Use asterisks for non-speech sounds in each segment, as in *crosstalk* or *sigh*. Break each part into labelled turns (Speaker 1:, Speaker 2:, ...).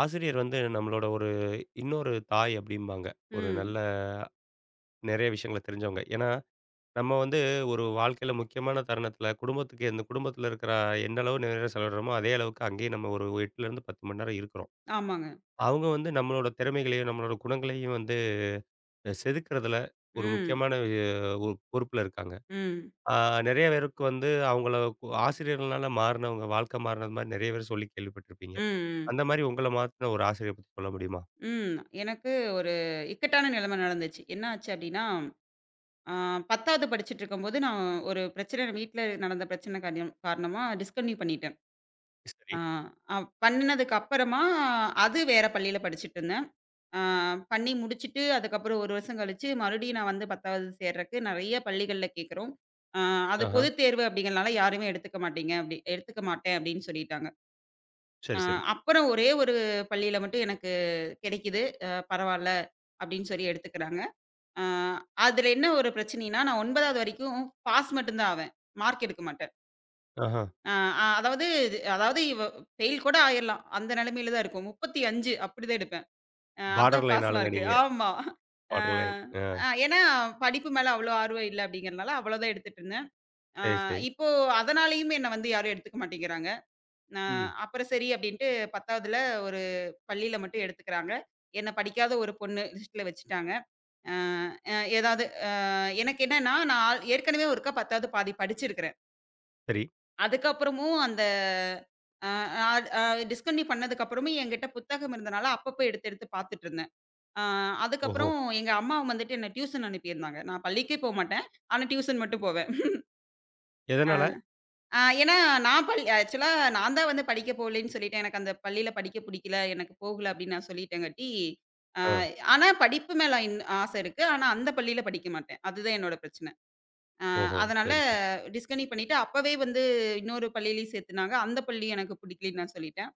Speaker 1: ஆசிரியர் வந்து நம்மளோட ஒரு இன்னொரு தாய் அப்படிம்பாங்க. ஒரு
Speaker 2: ம்.
Speaker 1: நல்ல நெறைய விஷயங்கள தெரிஞ்சவங்க. ஏன்னா, நம்ம வந்து ஒரு வாழ்க்கையில முக்கியமான தருணத்தில குடும்பத்துக்கு இந்த குடும்பத்தில இருக்கிற எந்த அளவு நேரம் செலவிடுறோமோ, அதே அளவுக்கு அங்கேயே நம்ம ஒரு 8லருந்து 10 மணி நேரம் இருக்கிறோம்.
Speaker 2: ஆமாங்க.
Speaker 1: அவங்க வந்து நம்மளோட திறமைகளையும், நம்மளோட குணங்களையும் வந்து செதுக்குறதுல ஒரு
Speaker 2: ம்.
Speaker 1: முக்கியமான ஒரு பொறுப்புல இருக்காங்க.
Speaker 2: ம்.
Speaker 1: ஆ நெறைய பேருக்கு வந்து அவங்கள ஆசிரியர்கள்னால மாறுனவங்க, வாழ்க்கை மாறுனது மாரி நெறைய பேர் சொல்லி கேள்விப்பட்டிருப்பீங்க.
Speaker 2: ம். ம்.
Speaker 1: அந்த மாரி உங்கள மாத்துன ஒரு ஆசிரியர பத்தி சொல்ல முடியுமா?
Speaker 2: ம். எனக்கு ஒரு இக்கட்டான நிலைமை நடந்துச்சு. என்ன ஆச்சு அப்டின்னா, ஆ 10வது படிச்சுட்டுருக்கும்போது நான் ஒரு பிரச்சனை வீட்ல நடந்த பிரச்சனை காரியம் காரணமா டிஸ்கன்டினியூ பண்ணிட்டேன்.
Speaker 1: சரி.
Speaker 2: ஆ அ பண்ணுனதுக்கு அப்பறமா அது வேற பள்ளியில படிச்சுட்டுருந்தேன். ஆ பண்ணி முடிச்சுட்டு அதுக்கப்புறம் 1 வருஷம் கழிச்சு மறுபடியும் நான் வந்து 10வது சேர்றக்கு நெறைய பள்ளிகள்ல கேட்குறோம். ஆ அது
Speaker 1: ஆஹ.
Speaker 2: பொதுத் தேர்வு அப்டிங்கிறனால யாருமே எடுத்துக்க மாட்டீங்க அப்டி எடுத்துக்க மாட்டேன் அப்டின்னு சொல்லிட்டாங்க.
Speaker 1: சரி,
Speaker 2: அ
Speaker 1: சரி.
Speaker 2: அப்புறம் ஒரே ஒரு பள்ளியில மட்டும் எனக்கு கிடைக்குது. பரவால்ல அப்படின்னு சொல்லி எடுத்துக்கிறாங்க. அ அதுல என்ன ஒரு பிரச்சனைன்னா, நான் 9வது வரைக்கும் பாஸ் மட்டும் தான் ஆவேன். மார்க் எடுக்க மாட்டேன்.
Speaker 1: ஆஹா.
Speaker 2: அ அ அதாவது அதாவது இவ ஃபெயில் கூட ஆயிரலாம். அந்த நிலைமையில தான் இருக்கும். 35 அப்படிதான் எடுப்பேன்.
Speaker 1: பார்டர்
Speaker 2: அதான்
Speaker 1: லைன்
Speaker 2: பாஸ்
Speaker 1: ஆளுங்க
Speaker 2: மார்க்கு.
Speaker 1: நீங்க.
Speaker 2: ஆமா. அ
Speaker 1: பார்டர் லைன்.
Speaker 2: அ ஏன்னா படிப்பு மேல அவ்வளோ ஆர்வம் இல்ல அப்படிங்கிறனால அவ்வளோதான் எடுத்துட்டு இருந்தேன். அ
Speaker 1: சரி, சரி.
Speaker 2: இப்போ அதனாலேயும் என்ன வந்து யாரும் எடுத்துக்க மாட்டேங்கிறாங்க. அ
Speaker 1: ம்.
Speaker 2: அப்புறம் சரி அப்படின்ட்டு 10வதுல ஒரு பள்ளியில மட்டும் எடுத்துக்கிறாங்க. என்ன படிக்காத ஒரு பொண்ணு லிஸ்ட்ல வச்சுட்டாங்க. அ அ ஏதாவது அ எனக்கு என்னன்னா, நான் ஆல் ஏற்கனவே ஒருக்கா 10வது பாதி படிச்சிருக்கிறேன்.
Speaker 1: சரி.
Speaker 2: அதுக்கப்புறமும் அந்த அ அ அ டிஸ்கன்டினியூ பண்ணதுக்கப்புறமும் என்கிட்ட புத்தகம் இருந்தனால அப்பப்போ எடுத்து எடுத்து பார்த்துட்டுருந்தேன். அ
Speaker 1: ஓஹோ!
Speaker 2: அதுக்கப்புறம் எங்க அம்மா வந்துட்டு என்ன டியூஷன் அனுப்பியிருந்தாங்க. நான் பள்ளிக்கே போமாட்டேன். ஆனா டியூஷன் மட்டும் போவேன்.
Speaker 1: எதனால?
Speaker 2: ஏன்னா, நான் பள் ஆக்சுவலா நான் தான் வந்து படிக்க போகலன்னு சொல்லிட்டேன். எனக்கு அந்த பள்ளியில படிக்க புடிக்கல, எனக்கு போகல அப்படின்னு நான் சொல்லிட்டேங்காட்டி, ஆ
Speaker 1: ஆ.
Speaker 2: ஆனா படிப்பு மேல ஆசை இருக்கு. ஆனா அந்த பள்ளியில படிக்க மாட்டேன். அதுதான் என்னோட பிரச்சனை. ஆ
Speaker 1: ஓஹோ!
Speaker 2: அதனால
Speaker 1: சரி, சரி.
Speaker 2: டிஸ்கன்டின்யூ பண்ணிட்டு, அப்பவே வந்து இன்னொரு பள்ளியிலயும் சேர்த்துனாங்க. அந்த பள்ளி எனக்கு பிடிக்கலன்னு நான் சொல்லிட்டேன்.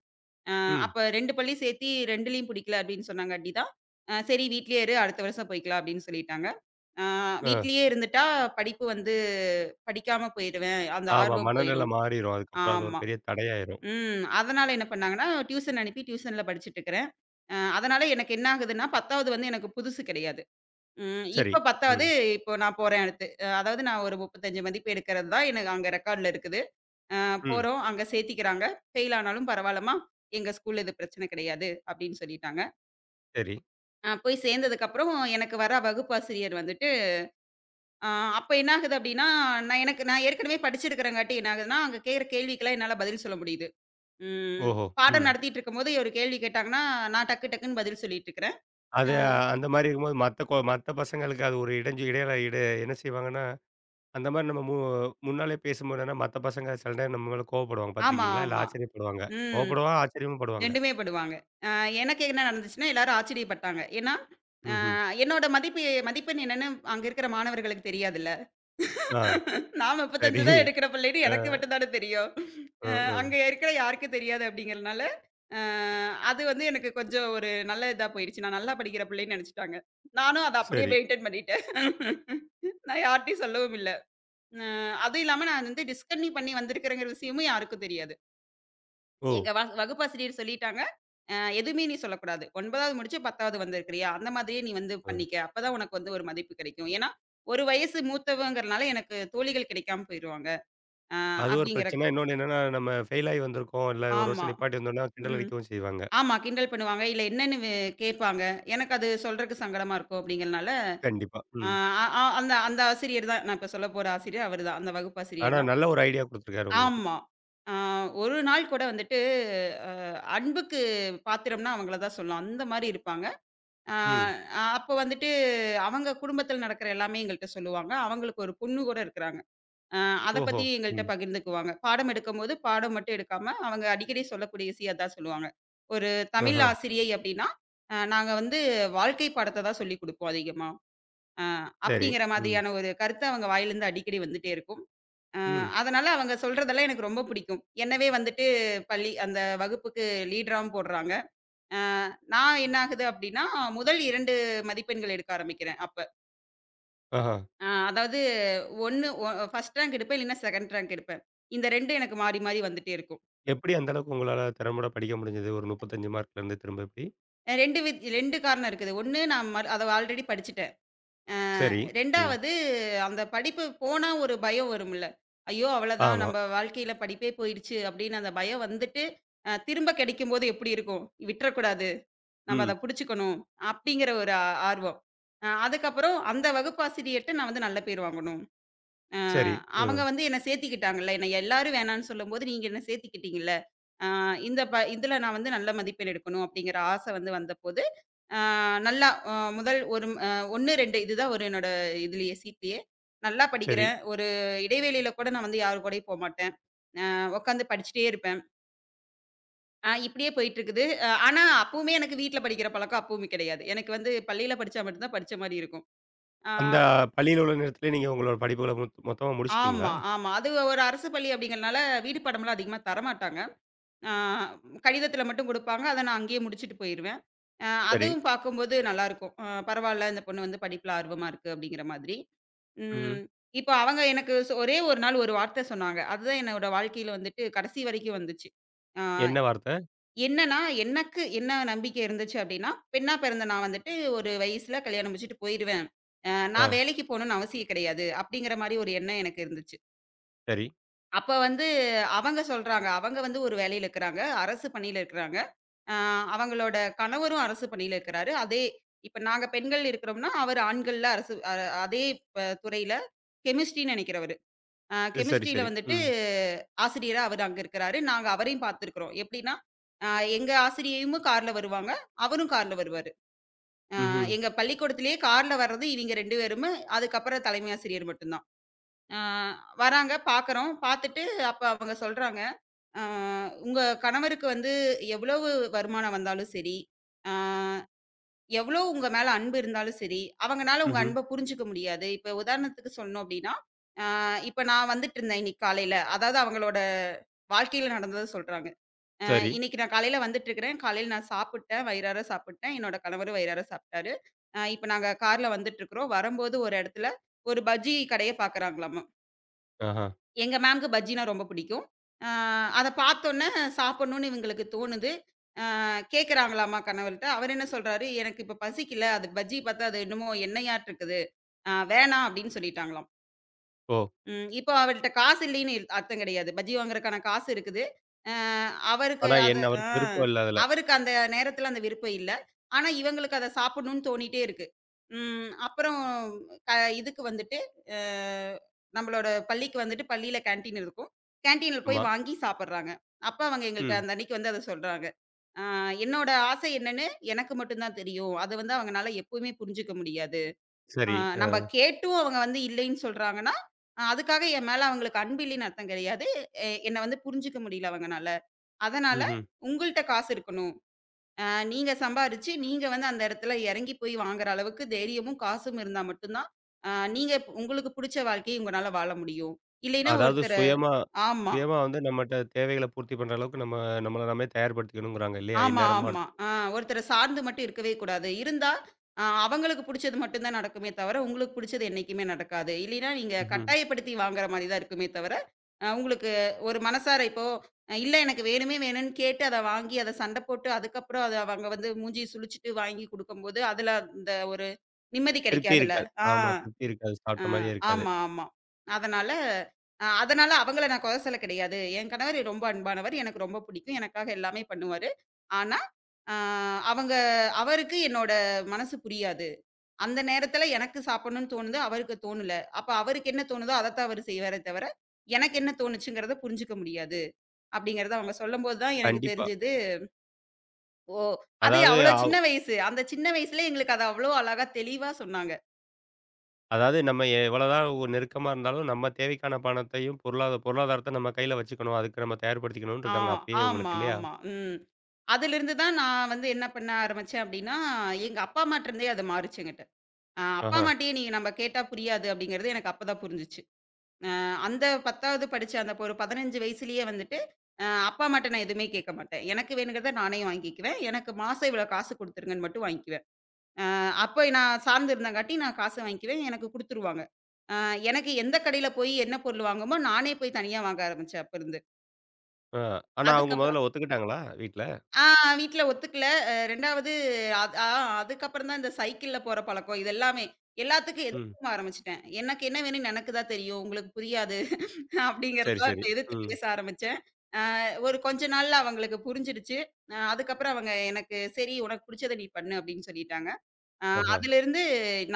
Speaker 2: ஆ
Speaker 1: ம்.
Speaker 2: அப்ப 2 பள்ளி சேர்த்தி 2லயும் பிடிக்கல அப்படின்னு சொன்னாங்காட்டி தான், சரி வீட்லயே இரு அடுத்த வருஷம் போய்க்கலாம் அப்படின்னு சொல்லிட்டாங்க. ஆ
Speaker 1: ஆ.
Speaker 2: வீட்லயே இருந்துட்டா படிப்பு வந்து படிக்காம போயிருவேன். அந்த
Speaker 1: ஆமா.
Speaker 2: ஆர்வம்
Speaker 1: மனநிலை
Speaker 2: போயிரும்.
Speaker 1: மாறிரும். அதுக்கப்புறம் அது ஒரு
Speaker 2: ஆமா.
Speaker 1: பெரிய தடையாயிரும்.
Speaker 2: ம். அதனால என்ன பண்ணாங்கன்னா, டியூஷன் அனுப்பி டியூஷன்ல படிச்சுட்டு இருக்கிறேன். அதனால எனக்கு என்ன ஆகுதுன்னா, 10வது வந்து எனக்கு புதுசு கிடையாது. ம்
Speaker 1: சரி.
Speaker 2: இப்ப
Speaker 1: ம்.
Speaker 2: 10வது இப்போ நான் போறேன் அடுத்து. அதாவது நான் ஒரு 35 மதிப்பு எடுக்கிறது தான் எனக்கு அங்க ரெக்கார்ட்ல இருக்குது. அ
Speaker 1: ம்.
Speaker 2: போறோம், அங்க சேர்த்திக்கிறாங்க. ஃபெயில் ஆனாலும் பரவால்லம்மா, எங்க ஸ்கூல்ல இது பிரச்சனை கிடையாது அப்படின்னு சொல்லிட்டாங்க.
Speaker 1: சரி.
Speaker 2: போய் சேர்ந்ததுக்கப்புறம் எனக்கு வர வகுப்பாசிரியர் வந்துட்டு, அ அப்ப என்ன ஆகுது அப்படின்னா, நான் எனக்கு நான் ஏற்கனவே படிச்சிருக்கிறங்காட்டி என்ன ஆகுதுன்னா, அங்க கேட்கிற கேள்விக்கெல்லாம் என்னால பதில் சொல்ல முடியுது. ம்.
Speaker 1: ஓஹோ!
Speaker 2: பாடம்
Speaker 1: ம்.
Speaker 2: நடத்திட்டு இருக்கும்போது ஒரு கேள்வி கேட்டாங்கன்னா, நான் டக்கு டக்குன்னு பதில் சொல்லிட்டு இருக்கிறேன்.
Speaker 1: அது
Speaker 2: அ
Speaker 1: அந்த மாரி இருக்கும்போது மத்த பசங்களுக்கு அது ஒரு இடைஞ்சு இடையில இட என்ன செய்வாங்கன்னா, அந்த மாரி நம்ம மு முன்னாலே பேசும்போது என்னன்னா, மத்த பசங்க சில நேரம் நம்ம மேல கோவப்படுவாங்க
Speaker 2: ஆமா,
Speaker 1: பார்த்துருக்கீங்களா? இல்ல
Speaker 2: ஆமா.
Speaker 1: ஆச்சரியப்படுவாங்க.
Speaker 2: ம்.
Speaker 1: கோவப்படுவான், ஆச்சரியமும் படுவாங்க.
Speaker 2: 2மே படுவாங்க. அ எனக்கு என்ன நடந்துச்சுன்னா, எல்லாரும் ஆச்சரியப்பட்டாங்க. ஏன்னா,
Speaker 1: ம்ஹ்ம்.
Speaker 2: என்னோட மதிப்பெண் என்னன்னு அங்க இருக்கிற மாணவர்களுக்கு தெரியாதுல்ல.
Speaker 1: ஆ.
Speaker 2: நான்
Speaker 1: சரி.
Speaker 2: 35 தான் எடுக்கிற பிள்ளைன்னு
Speaker 1: ஆ.
Speaker 2: எனக்கு மட்டும் தானே தெரியும். அ
Speaker 1: ம்,
Speaker 2: அங்க
Speaker 1: ம்.
Speaker 2: இருக்கிற யாருக்கும் தெரியாது அப்படிங்கிறனால, அ அது வந்து எனக்கு கொஞ்சம் ஒரு நல்ல இதா போயிருச்சு. நான் நல்லா படிக்கிற பிள்ளைன்னு நெனச்சுட்டாங்க. நானும் அத அப்படியே
Speaker 1: சரி.
Speaker 2: மெயின்டெயின் பண்ணிட்டேன். நான் யார்ட்டயும் சொல்லவும் இல்ல. அ அதுவும் இல்லாம நான் வந்து டிஸ்கன்டின்யூ பண்ணி வந்திருக்கிறேங்கிற விஷயமும் யாருக்கும் தெரியாது.
Speaker 1: ஓ!
Speaker 2: எங்க வகுப்பாசிரியர் சொல்லிட்டாங்க. எதுவுமே நீ சொல்லக்கூடாது. 9வது முடிச்சு 10வது வந்திருக்கிறியா? அந்த மாதிரியே நீ வந்து
Speaker 1: ம்.
Speaker 2: பண்ணிக்க. அப்பதான் உனக்கு வந்து ஒரு மதிப்பு கிடைக்கும். ஏன்னா, ஒரு வயசு மூத்தவங்கிறனால எனக்கு தோழிகள் கிடைக்காம போயிருவாங்க. அ
Speaker 1: அது ஒரு
Speaker 2: அப்படிங்கிற
Speaker 1: பிரச்சனை. இன்னொன்னு என்னன்னா, நம்ம ஃபெயில் ஆயி வந்திருக்கோம். இல்ல ஒரு
Speaker 2: ஆமா.
Speaker 1: வருஷம் நிப்பாட்டி வந்தோம்னா, கிண்டல்
Speaker 2: ம்.
Speaker 1: அடிக்கவும் செய்வாங்க.
Speaker 2: ஆமா. கிண்டல் பண்ணுவாங்க. இல்ல என்னன்னு கேட்பாங்க. எனக்கு அது சொல்றதுக்கு சங்கடமா இருக்கும் அப்படிங்கிறனால,
Speaker 1: கண்டிப்பா.
Speaker 2: அ
Speaker 1: ம்.
Speaker 2: அ அந்த அந்த ஆசிரியர் தான். நான் இப்ப சொல்லப்போற ஆசிரியர் அவரு தான். அந்த
Speaker 1: ஆனா,
Speaker 2: வகுப்பாசிரியர் தான்.
Speaker 1: நல்ல ஒரு ஐடியா குடுத்துருக்காரு உங்களுக்கு.
Speaker 2: ஆமா. ஆ ஒரு நாள் கூட வந்துட்டு அ அன்புக்கு பாத்திரம்னா அவங்கள தான் சொல்லலாம். அந்த மாரி இருப்பாங்க. ஆ
Speaker 1: ம்.
Speaker 2: ஆ, அப்போ வந்துட்டு அவங்க குடும்பத்தில நடக்கிற எல்லாமே எங்கள்ட்ட சொல்லுவாங்க. அவங்களுக்கு ஒரு பொண்ணு கூட இருக்கிறாங்க. அ அத
Speaker 1: ஓஹோ!
Speaker 2: பத்தி எங்கள்ட்ட
Speaker 1: ம்.
Speaker 2: பகிர்ந்துக்குவாங்க. பாடம் எடுக்கும்போது பாடம் மட்டும் எடுக்காம, அவங்க அடிக்கடி சொல்லக்கூடிய விஷயம் அதான் சொல்லுவாங்க. ஒரு தமிழ்
Speaker 1: ஆஹா.
Speaker 2: ஆசிரியை அப்டின்னா, நாங்க வந்து வாழ்க்கை பாடத்த தான் சொல்லிக் குடுப்போம் அதிகமா. அ
Speaker 1: சரி.
Speaker 2: அப்படிங்கிற
Speaker 1: ம்.
Speaker 2: மாதிரியான ஒரு கருத்து அவங்க வாயிலிருந்து அடிக்கடி வந்துட்டே இருக்கும். அ
Speaker 1: ம்.
Speaker 2: அதனால அவங்க சொல்றதெல்லாம் எனக்கு ரொம்ப பிடிக்கும். என்னவே வந்துட்டு பள்ளி அந்த வகுப்புக்கு லீடராவும் போடுறாங்க. அ நான் என்ன ஆகுது அப்டின்னா, முதல் 2 மதிப்பெண்கள் எடுக்க ஆரம்பிக்கிறேன் அப்ப.
Speaker 1: ஆஹா.
Speaker 2: அதாவது 1 ஒ ஃபர்ஸ்ட் ரேங்க் எடுப்பேன். இல்லைன்னா செகண்ட் ரேங்க் எடுப்பேன். இந்த 2 எனக்கு மாறி மாறி வந்துட்டே இருக்கும்.
Speaker 1: எப்படி அந்த அளவுக்கு உங்களால திறம்பட படிக்க முடிஞ்சது? ஒரு 35 மார்க்லேருந்து திரும்ப எப்படி?
Speaker 2: 2 வித் 2 காரணம் இருக்குது. 1 நான் அத ஆல்ரெடி படிச்சுட்டேன். அ
Speaker 1: சரி. ம்.
Speaker 2: 2வது அந்த படிப்பு போனா ஒரு பயம் வரும்ல. ஐயோ! அவ்வளதான்
Speaker 1: ஆமா.
Speaker 2: நம்ம வாழ்க்கையில படிப்பே போயிடுச்சு அப்படின்னு அந்த பயம் வந்துட்டு, திரும்ப கிடைக்கும்போது எப்படி இருக்கும்? விட்றக்கூடாது. நம்ம
Speaker 1: ம்.
Speaker 2: அத புடிச்சுக்கணும். அப்படிங்கிற ஒரு ஆர்வம். அதுக்கப்புறம் அந்த வகுப்பாசிரியர்ட்ட நான் வந்து நல்ல பேர் வாங்கணும். அ
Speaker 1: சரி.
Speaker 2: அவங்க
Speaker 1: ம்.
Speaker 2: வந்து என்ன சேர்த்துக்கிட்டாங்கல்ல. என்னை எல்லாரும் வேணான்னு சொல்லும்போது, நீங்க என்ன சேர்த்துக்கிட்டீங்கல்ல. அ இந்த ப இதுல நான் வந்து நல்ல மதிப்பெண் எடுக்கணும் அப்படிங்கிற ஆசை வந்து வந்தபோது ஆ நல்லா முதல் ஒரு அ 1, 2 இதுதான் ஒரு என்னோட இதுலயே சீட்லயே. நல்லா
Speaker 1: சரி.
Speaker 2: படிக்கிறேன். ஒரு இடைவேளையில கூட நான் வந்து யார் கூடயும் போமாட்டேன். உட்காந்து படிச்சுட்டே இருப்பேன். இப்படியே போயிட்டுருக்குது. ஆனா அப்பவுமே எனக்கு வீட்ல படிக்கிற பழக்கம் அப்பவுமே கிடையாது. எனக்கு வந்து பள்ளியில படிச்சா மட்டும் தான் படிச்ச மாரி இருக்கும். ஆ
Speaker 1: அந்த பள்ளியில உள்ள நேரத்திலே நீங்க உங்களோட படிப்புகள மொத்தமா முடிச்சுட்டீங்களா?
Speaker 2: ஆமா, ஆமா. அது ஒரு அரசு பள்ளி அப்படிங்கிறனால வீடு பாடம்லாம் அதிகமா தரமாட்டாங்க. ஆ கடிதத்தில மட்டும் குடுப்பாங்க. அத நான் அங்கேயே முடிச்சுட்டு போயிருவேன்.
Speaker 1: சரி.
Speaker 2: அதுவும் பார்க்கும்போது நல்லாருக்கும். பரவால்ல இந்த பொண்ணு வந்து படிப்புல ஆர்வமா இருக்கு அப்படிங்கிற மாதிரி.
Speaker 1: ம்.
Speaker 2: ம். இப்ப அவங்க எனக்கு ஒரே ஒரு நாள் ஒரு வார்த்த சொன்னாங்க. அதுதான் என்னோட வாழ்க்கையில வந்துட்டு கடைசி வரைக்கும் வந்துச்சு. ஆ
Speaker 1: என்ன வார்த்தை?
Speaker 2: என்னன்னா, எனக்கு என்ன நம்பிக்கை இருந்துச்சு அப்படின்னா, பெண்ணா பிறந்த நான் வந்துட்டு ஒரு வயசுல கல்யாணம் முடிச்சுட்டு போயிருவேன்.
Speaker 1: ஆ.
Speaker 2: நான் வேலைக்கு போணும்னு அவசியம் கிடையாது. அப்படிங்கிற மாரி ஒரு எண்ணம் எனக்கு இருந்துச்சு.
Speaker 1: சரி.
Speaker 2: அப்ப வந்து அவங்க சொல்றாங்க. அவங்க வந்து ஒரு வேலையில இருக்கிறாங்க. அரசு பணியில இருக்கிறாங்க. அ அவங்களோட கணவரும் அரசு பணியில இருக்கிறாரு. அதே இப்ப நாங்க பெண்கள் இருக்கிறோம்னா, அவர் ஆண்கள்ல அரசு அதே துறையில கெமிஸ்ட்ரின்னு நெனைக்கிறவரு.
Speaker 1: சரி,
Speaker 2: கெமிஸ்ட்ரியில
Speaker 1: சரி.
Speaker 2: வந்துட்டு
Speaker 1: ம்.
Speaker 2: ஆசிரியரா அவர் அங்க இருக்கிறாரு. நாங்க அவரையும் பார்த்துருக்கிறோம். எப்படின்னா, அ எங்க ஆசிரியையும் கார்ல வருவாங்க. அவரும் கார்ல வருவாரு.
Speaker 1: ம்ஹ்ம்.
Speaker 2: எங்க பள்ளிக்கூடத்திலேயே கார்ல வர்றது இவிங்க 2 பேருமே. அதுக்கப்புறம் தலைமை ஆசிரியர் மட்டும் தான். ஆ வராங்க, பார்க்குறோம். பார்த்துட்டு அப்ப அவங்க சொல்றாங்க, "ஆ உங்க கணவருக்கு வந்து எவ்வளவு வருமானம் வந்தாலும் சரி, ஆ எவ்வளோ உங்க மேல அன்பு இருந்தாலும் சரி, அவங்கனால உங்க
Speaker 1: ம்ஹ்ம்.
Speaker 2: அன்ப புரிஞ்சுக்க முடியாது." இப்ப உதாரணத்துக்கு சொல்லணும் அப்டின்னா, ஆ இப்ப நான் வந்துட்டுருந்தேன் இன்னைக்கு காலையில. அதாவது அவங்களோட வாழ்க்கையில நடந்தத சொல்றாங்க. "அ
Speaker 1: சரி.
Speaker 2: இன்னைக்கு நான் காலையில வந்துட்டுருக்கிறேன். காலையில நான் சாப்பிட்டேன், வயிறார சாப்பிட்டேன். என்னோட கணவரும் வயிறார சாப்பிட்டாரு. இப்ப நாங்க கார்ல வந்துட்டுருக்குறோம். வரும்போது ஒரு இடத்துல ஒரு பஜ்ஜி கடைய பார்க்குறாங்களாமா."
Speaker 1: ஆஹா.
Speaker 2: எங்க மேம்க்கு பஜ்ஜினா ரொம்ப பிடிக்கும். அ அத பார்த்தோனே சாப்பிடணும்னு இவங்களுக்கு தோணுது. அ கேட்கறாங்களாமா கணவர்ட்ட. அவர் என்ன சொல்றாரு, "எனக்கு இப்ப பசிக்கல. அது பஜ்ஜி பார்த்தா அது என்னமோ எண்ணெயாட்டு இருக்குது. வேணாம்" அப்படின்னு சொல்லிட்டாங்களாம்.
Speaker 1: ஓ!
Speaker 2: ம். இப்போ அவள்ட்ட காசு இல்லைன்னு அர்த்தம் கிடையாது. பஜ்ஜி வாங்குறக்கான காசு இருக்குது. அ அவருக்கு
Speaker 1: ஆனா
Speaker 2: அது
Speaker 1: என்ன
Speaker 2: ஆ
Speaker 1: அவருக்கு விருப்பம் இல்ல அதுல.
Speaker 2: அவருக்கு அந்த நேரத்தில அந்த விருப்பம் இல்ல. ஆனா, இவங்களுக்கு அத சாப்பிடணும்னு தோணிட்டே இருக்கு. ம். அப்புறம் க இதுக்கு வந்துட்டு அ நம்மளோட பள்ளிக்கு வந்துட்டு பள்ளியில கேன்டீன் இருக்கும். கேன்டீன்ல போய்
Speaker 1: ஆமா.
Speaker 2: வாங்கி சாப்பிடுறாங்க. அப்ப அவங்க எங்கள்ட்ட
Speaker 1: ம்.
Speaker 2: அந்த அன்னைக்கு வந்து அத சொல்றாங்க. "அ என்னோட ஆசை என்னன்னு எனக்கு மட்டும் தான் தெரியும். அத வந்து அவங்கனால எப்பவுமே புரிஞ்சுக்க முடியாது." ஆ
Speaker 1: சரி.
Speaker 2: நம்ப
Speaker 1: அ.
Speaker 2: கேட்டும் அவங்க வந்து இல்லைன்னு சொல்றாங்கன்னா, அதுக்காக என் மேல அவங்களுக்கு அன்பு இல்லைன்னு அர்த்தம் கிடையாது. என்ன வந்து புரிஞ்சுக்க முடியல அவங்கனால. அதனால
Speaker 1: ம்ஹ்ம்.
Speaker 2: உங்கள்ட்ட காசு இருக்கணும். நீங்க சம்பாரிச்சு, நீங்க வந்து அந்த இடத்துல இறங்கி போய் வாங்குற அளவுக்கு தைரியமும், காசும் இருந்தா மட்டும் தான், அ நீங்க உங்களுக்கு புடிச்ச வாழ்க்கைய உங்கனால வாழ முடியும். இல்லைன்னா
Speaker 1: அதாவது சுயமா
Speaker 2: ஆமா.
Speaker 1: சுயமா வந்து நம்மட்ட தேவைகள பூர்த்தி பண்ற அளவுக்கு நம்ம நம்மள நாமே தயார்படுத்திக்கணுங்கிறாங்க இல்லையா?
Speaker 2: ஆமா,
Speaker 1: எந்நேரமும்
Speaker 2: ஆமா.
Speaker 1: அடுத்து
Speaker 2: ஒருத்தர சார்ந்து மட்டும் இருக்கவே கூடாது. இருந்தா, அவங்களுக்கு புடிச்சது மட்டும் தான் நடக்குமே தவிர, உங்களுக்கு புடிச்சது என்னைக்குமே நடக்காது. இல்லைன்னா, நீங்க
Speaker 1: ம்ஹ்ம்.
Speaker 2: கட்டாயப்படுத்தி வாங்குற மாரி தான் இருக்குமே தவிர, உங்களுக்கு ஒரு மனசார இப்போ இல்ல எனக்கு வேணுமே வேணும்னு கேட்டு அத வாங்கி, அத சண்ட போட்டு, அதுக்கப்புறம் அத அவங்க வந்து மூஞ்சிய சுளிச்சுட்டு வாங்கி குடுக்கும்போது, அதுல அந்த ஒரு நிம்மதி
Speaker 1: திருப்தி
Speaker 2: கெடைக்காதுல்ல.
Speaker 1: இருக்காது.
Speaker 2: ஆ.
Speaker 1: ஆமா. திருப்தி இருக்காது.
Speaker 2: ஆ,
Speaker 1: சாப்பிட்ட மாரியே இருக்காது.
Speaker 2: ஆமா, ஆமா. அதனால அதனால அவங்கள நான் கொற சொல்ல கிடையாது. என் கணவர் ரொம்ப அன்பானவர். எனக்கு ரொம்ப பிடிக்கும். எனக்காக எல்லாமே பண்ணுவாரு. ஆனா, ஆ அவங்க அவருக்கு என்னோட மனசு புரியாது. அந்த நேரத்துல எனக்கு சாப்பிடணும்னு தோணுது, அவருக்கு தோணல. அப்ப அவருக்கு என்ன தோணுதோ அதத்தான் அவரு செய்வாரே தவிர, எனக்கு என்ன தோணுச்சுங்கிறத புரிஞ்சுக்க முடியாது. அப்படிங்கிறத அவங்க சொல்லும்போது தான் எனக்கு
Speaker 1: கண்டிப்பா.
Speaker 2: தெரிஞ்சது. ஓ! அது
Speaker 1: அதாவது
Speaker 2: அவ்வளோ
Speaker 1: அவ்
Speaker 2: சின்ன வயசு. அந்த சின்ன வயசுல எங்களுக்கு அத அவ்வளோ அழகா தெளிவா சொன்னாங்க.
Speaker 1: அதாவது நம்ம எவ்வளதான் ஒரு நெருக்கமா இருந்தாலும் நம்ம தேவைக்கான பணத்தையும், பொருளாதாரத்த நம்ம கையில வச்சுக்கணும். அதுக்கு நம்ம தயார்படுத்திக்கணும்னு
Speaker 2: ஆ,
Speaker 1: இருக்காங்க அப்பயே
Speaker 2: ஆமா,
Speaker 1: உங்களுக்கு இல்லையா?
Speaker 2: ஆமா. ம். அதிலிருந்து தான் நான் வந்து என்ன பண்ண ஆரம்பிச்சேன் அப்டின்னா, எங்க அப்பா அம்மாட்டருந்தே அது மாறுச்சு என்கிட்ட. அப்பா
Speaker 1: ஆஹா.
Speaker 2: அம்மாட்டயே நீங்க நம்ம கேட்டா புரியாது அப்டிங்கிறது எனக்கு அப்ப தான் புரிஞ்சுச்சு. அ அந்த 10வது படிச்ச அந்த ஒரு 15 வயசுலயே வந்துட்டு, அப்பா அம்மாட்ட நான் எதுவுமே கேட்க மாட்டேன். எனக்கு வேணுங்கிறத நானே வாங்கிக்குவேன். எனக்கு மாசம் இவ்வளோ காசு குடுத்துருங்கன்னு மட்டும் வாங்கிக்குவேன். அப்ப நான் சார்ந்து இருந்தங்காட்டி நான் காச வாங்கிக்குவேன். எனக்கு குடுத்துருவாங்க. அ எனக்கு எந்த கடையில போய் என்ன பொருள் வாங்கணுமோ, நானே போய் தனியா வாங்க ஆரம்பிச்சேன் அப்பருந்து.
Speaker 1: அ. ஆனா அவங்க
Speaker 2: அதுக்கப்புறம்
Speaker 1: முதல்ல ஒத்துக்கிட்டாங்களா வீட்ல?
Speaker 2: ஆ வீட்ல ஒத்துக்கல. 2வது அது ஆ அதுக்கப்புறம் தான் இந்த சைக்கிள்ல போற பழக்கம். இது எல்லாமே. எல்லாத்துக்கும்
Speaker 1: ம்.
Speaker 2: எதிர்க்க ஆரம்பிச்சுட்டேன். எனக்கு என்ன வேணும்னு எனக்கு தான் தெரியும். உங்களுக்கு புரியாது.
Speaker 1: சரி,
Speaker 2: அப்படிங்கிறதெல்லாம்
Speaker 1: சரி.
Speaker 2: எதிர்த்து
Speaker 1: ம்.
Speaker 2: பேச ஆரம்பிச்சேன். ஒரு கொஞ்ச நாள்ல அவங்களுக்கு புரிஞ்சிடுச்சு. அதுக்கப்புறம் அவங்க எனக்கு "சரி உனக்கு புடிச்சத நீ பண்ணு" அப்படின்னு சொல்லிட்டாங்க. அ
Speaker 1: ஆஹா.
Speaker 2: அதிலிருந்து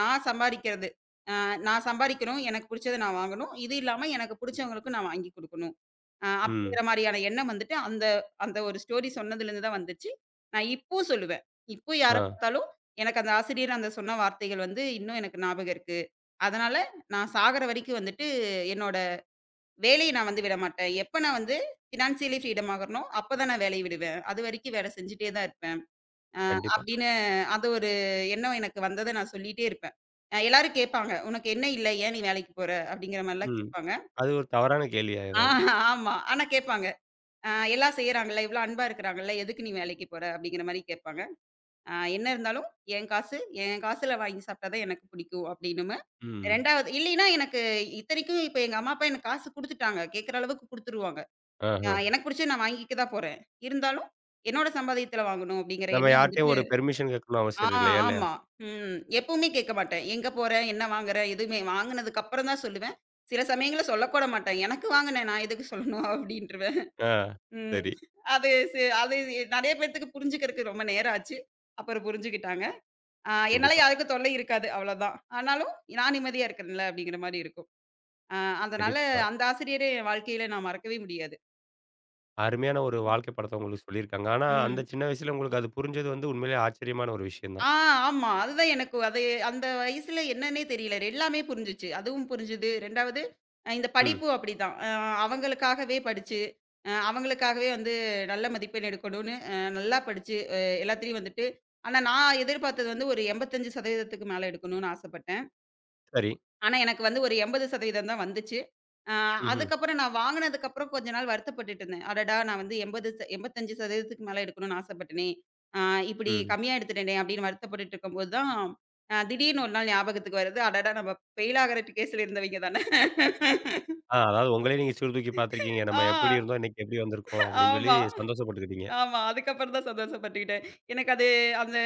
Speaker 2: நான் சம்பாரிக்கிறது. நான் சம்பாரிக்கணும். எனக்கு புடிச்சத நான் வாங்கணும். இது இல்லாம எனக்கு புடிச்சவங்களுக்கும் நான் வாங்கி குடுக்கணும்.
Speaker 1: ம்.
Speaker 2: அப்படிங்கிற மாரியான எண்ணம் வந்துட்டு, அந்த அந்த ஒரு ஸ்டோரி சொன்னதுலேருந்து தான் வந்துச்சு. நான் இப்போ சொல்லுவேன். இப்போ யார
Speaker 1: ஆ.
Speaker 2: பார்த்தாலும், எனக்கு அந்த ஆசிரியர் அந்த சொன்ன வார்த்தைகள் வந்து இன்னும் எனக்கு ஞாபகம் இருக்கு. அதனால நான் சாகுற வரைக்கும் வந்துட்டு, என்னோட வேலைய நான் வந்து விடமாட்டேன். எப்ப நான் வந்து ஃபினான்சியலி ஃப்ரீடம் ஆகுறனோ, அப்ப தான் நான் வேலைய விடுவேன். அது வரைக்கும் வேலை செஞ்சுட்டே தான் இருப்பேன். அ
Speaker 1: கண்டிப்பா.
Speaker 2: அப்படின்னு அது ஒரு எண்ணம் எனக்கு வந்தத நான் சொல்லிட்டே இருப்பேன். எல்லாரும் கேட்பாங்க. "உனக்கு என்ன இல்லை? ஏன் நீ வேலைக்கு போற?" அப்படிங்கிற மாரிலாம்
Speaker 1: ம்.
Speaker 2: கேட்பாங்க.
Speaker 1: அது ஒரு தவறான கேள்வியா
Speaker 2: ஆ
Speaker 1: ஏதாவது?
Speaker 2: ஆமா. ஆனா கேட்பாங்க. எல்லாம் செய்றாங்கல்ல, இவ்ளோ அன்பா இருக்கிறாங்கல்ல, எதுக்கு நீ வேலைக்கு போற? அப்படிங்கிற மாரி கேட்பாங்க. என்ன இருந்தாலும் என் காசு, என் காசுல வாங்கி சாப்பிட்டா தான் எனக்கு பிடிக்கும் அப்படின்னுவேன்.
Speaker 1: ம்.
Speaker 2: 2வது இல்லைன்னா எனக்கு இத்தனைக்கும் இப்ப எங்க அம்மா, அப்பா எனக்கு காசு குடுத்துட்டாங்க. கேட்கிற அளவுக்கு குடுத்துருவாங்க.
Speaker 1: ஆஹா.
Speaker 2: எனக்கு பிடிச்சது நான் வாங்கிக்க தான் போறேன். இருந்தாலும் என்னோட சம்பாதியத்துல வாங்கணும் அப்படிங்கிற
Speaker 1: நம்ம
Speaker 2: எண்ணம்
Speaker 1: யார்ட்டயும்
Speaker 2: வந்துட்டு
Speaker 1: ஒரு பெர்மிஷன் கேட்கணும்னு
Speaker 2: ஆ
Speaker 1: அவசியம் இல்லையா? இல்லையா?
Speaker 2: ஆமா. ம். எப்பவுமே கேட்க மாட்டேன். எங்க போற? என்ன வாங்குற? எதுவுமே வாங்குனதுக்கு அப்புறம் தான் சொல்லுவேன். சில சமயங்கள்ல சொல்லக்கூட மாட்டேன். எனக்கு வாங்குனேன் நான் எதுக்கு சொல்லணும்? அப்படின்றுவேன்.
Speaker 1: ஆ.
Speaker 2: ம்.
Speaker 1: சரி.
Speaker 2: அது நெறைய பேத்துக்கு புரிஞ்சுக்கிறதுக்கு ரொம்ப நேரம் ஆச்சு. அப்புறம் புரிஞ்சுக்கிட்டாங்க. என்னால
Speaker 1: கண்டிப்பா.
Speaker 2: யாருக்கும் தொல்லை இருக்காது அவ்வளோதான். ஆனாலும் நான் நிம்மதியா இருக்கிறேன்ல அப்படிங்கிற மாரி இருக்கும். அ அதனால
Speaker 1: கண்டிப்பா.
Speaker 2: அந்த ஆசிரியர என் வாழ்க்கையில நான் மறக்கவே முடியாது.
Speaker 1: அருமையான ஒரு வாழ்க்கை படத்த உங்களுக்கு சொல்லியிருக்காங்க. ஆனா, அந்த
Speaker 2: ம்.
Speaker 1: சின்ன வயசுல உங்களுக்கு அது புரிஞ்சது வந்து உண்மையிலேயே ஆச்சரியமான ஒரு விஷயம் தான்.
Speaker 2: ஆ ஆமா. அதுதான் எனக்கு அது அந்த வயசுல என்னன்னே தெரியல. எல்லாமே புரிஞ்சுச்சு. அதுவும் புரிஞ்சுது. 2வது இந்த
Speaker 1: ம்.
Speaker 2: படிப்பும் அப்படிதான். அவங்களுக்காகவே படிச்சு, அவங்களுக்காகவே வந்து நல்ல மதிப்பெண் எடுக்கணும்னு நல்லா படிச்சு, எல்லாத்துலயும் வந்துட்டு ஆனா நான் எதிர்பார்த்தது வந்து ஒரு 85% மேல எடுக்கணும்னு ஆசைப்பட்டேன்.
Speaker 1: சரி.
Speaker 2: ஆனா, எனக்கு வந்து ஒரு 80% தான் வந்துச்சு. அ
Speaker 1: ம்ஹ்ம்.
Speaker 2: அதுக்கப்புறம் நான் வாங்குனதுக்கப்புறம் கொஞ்ச நாள் வருத்தப்பட்டுட்டு இருந்தேன். அடடா! நான் வந்து 80 ச 85% மேல எடுக்கணும்னு ஆசைப்பட்டேனே! அ இப்படி
Speaker 1: ம்.
Speaker 2: கம்மியா எடுத்துட்டேனே! அப்படின்னு வருத்தப்பட்டுட்டு இருக்கும்போது தான், திடீர்னு ஒரு நாள் ஞாபகத்துக்கு வருது. அடடா! நம்ம ஃபெயில் ஆகுற கேஸ்ல இருந்தவைங்க தானே! *laughs*
Speaker 1: ஆ அதாவது உங்களே நீங்க சீர்தூக்கி பார்த்துருக்கீங்க.
Speaker 2: ஆ
Speaker 1: நம்ம எப்படி இருந்தோம், இன்னைக்கு எப்படி வந்திருக்கோம் அப்படின்னு சொல்லி
Speaker 2: ஆமா,
Speaker 1: சந்தோஷப்பட்டுக்கிட்டீங்க.
Speaker 2: ஆமா. அதுக்கப்புறம் தான் சந்தோஷப்பட்டுக்கிட்டேன். எனக்கு அது அந்த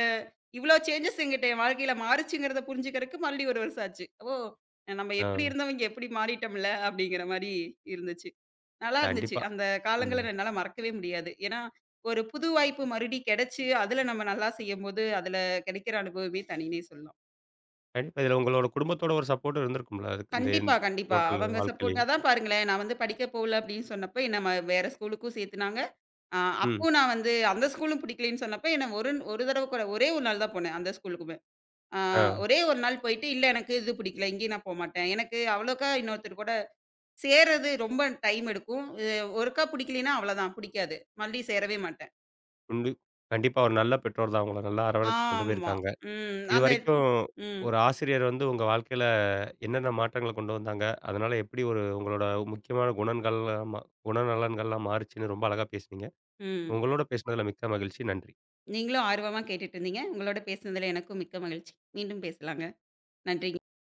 Speaker 2: இவ்ளோ சேஞ்சஸ் என்கிட்ட என் வாழ்க்கையில மாறுச்சுங்கிறத புரிஞ்சுக்கிறதுக்கு மறுபடியும் 1 வருஷம் ஆச்சு. ஓ! நம்ம
Speaker 1: ஆ.
Speaker 2: எப்படி இருந்தவங்க எப்படி மாறிட்டோம்ல அப்படிங்கிற மாரி இருந்துச்சு. நல்லா இருந்துச்சு.
Speaker 1: கண்டிப்பா.
Speaker 2: அந்த காலங்கள
Speaker 1: ம்.
Speaker 2: என்னால மறக்கவே முடியாது. ஏன்னா, ஒரு புது வாய்ப்பு மறுபடி கிடைச்சு, அதுல நம்ம நல்லா செய்யும்போது, அதுல கிடைக்கிற அனுபவமே தனின்னே சொல்லலாம்.
Speaker 1: கண்டிப்பா. இதுல உங்களோட குடும்பத்தோட ஒரு சப்போர்ட் இருந்திருக்கும்ல. அதுக்கு இந்த
Speaker 2: கண்டிப்பா, கண்டிப்பா.
Speaker 1: ஹோட்டல்
Speaker 2: அவங்க
Speaker 1: வாழ்க்கையிலயே.
Speaker 2: சப்போர்ட் அதான் பாருங்களேன், நான் வந்து படிக்க போகல அப்படின்னு சொன்னப்ப, என்ன வேற ஸ்கூலுக்கும் சேர்த்துனாங்க. அ
Speaker 1: ம்.
Speaker 2: அப்பவும் நான் வந்து அந்த ஸ்கூலும் பிடிக்கலன்னு சொன்னப்ப, என்ன ஒரு ஒரு தடவ கூட ஒரே ஒரு நாள் தான் போனேன் அந்த ஸ்கூலுக்குமே. அ
Speaker 1: ஆ.
Speaker 2: ஒரே ஒரு நாள் போயிட்டு, "இல்ல எனக்கு இது பிடிக்கல, இங்கேயும் நான் போமாட்டேன். எனக்கு அவ்வளோக்கா இன்னொருத்தர் கூட சேர்றது ரொம்ப டைம் எடுக்கும். அ ஒருக்கா பிடிக்கலைன்னா அவ்வளோதான், பிடிக்காது. மறுபடியும் சேரவே மாட்டேன்."
Speaker 1: உண்டு. கண்டிப்பா ஒரு நல்ல பெற்றோர் தான் உங்கள நல்லா அரவணைச்சு கொண்டு
Speaker 2: ஆமா.
Speaker 1: போயிருக்காங்க.
Speaker 2: ம். அந்த
Speaker 1: இதுவரைக்கும்
Speaker 2: ம்,
Speaker 1: ஒரு ஆசிரியர் வந்து உங்க வாழ்க்கையில என்னென்ன மாற்றங்கள கொண்டு வந்தாங்க? அதனால எப்படி ஒரு உங்களோட முக்கியமான குணங்கள், ம குணநலன்கள்லாம் மாறுச்சுன்னு ரொம்ப அழகா பேசுனீங்க.
Speaker 2: ம்.
Speaker 1: உங்களோட பேசினதுல மிக்க மகிழ்ச்சி. நன்றி.
Speaker 2: நீங்களும் ஆர்வமா கேட்டுட்டு இருந்தீங்க. உங்களோட பேசினதுல எனக்கும் மிக்க மகிழ்ச்சி. மீண்டும் பேசலாங்க. நன்றி.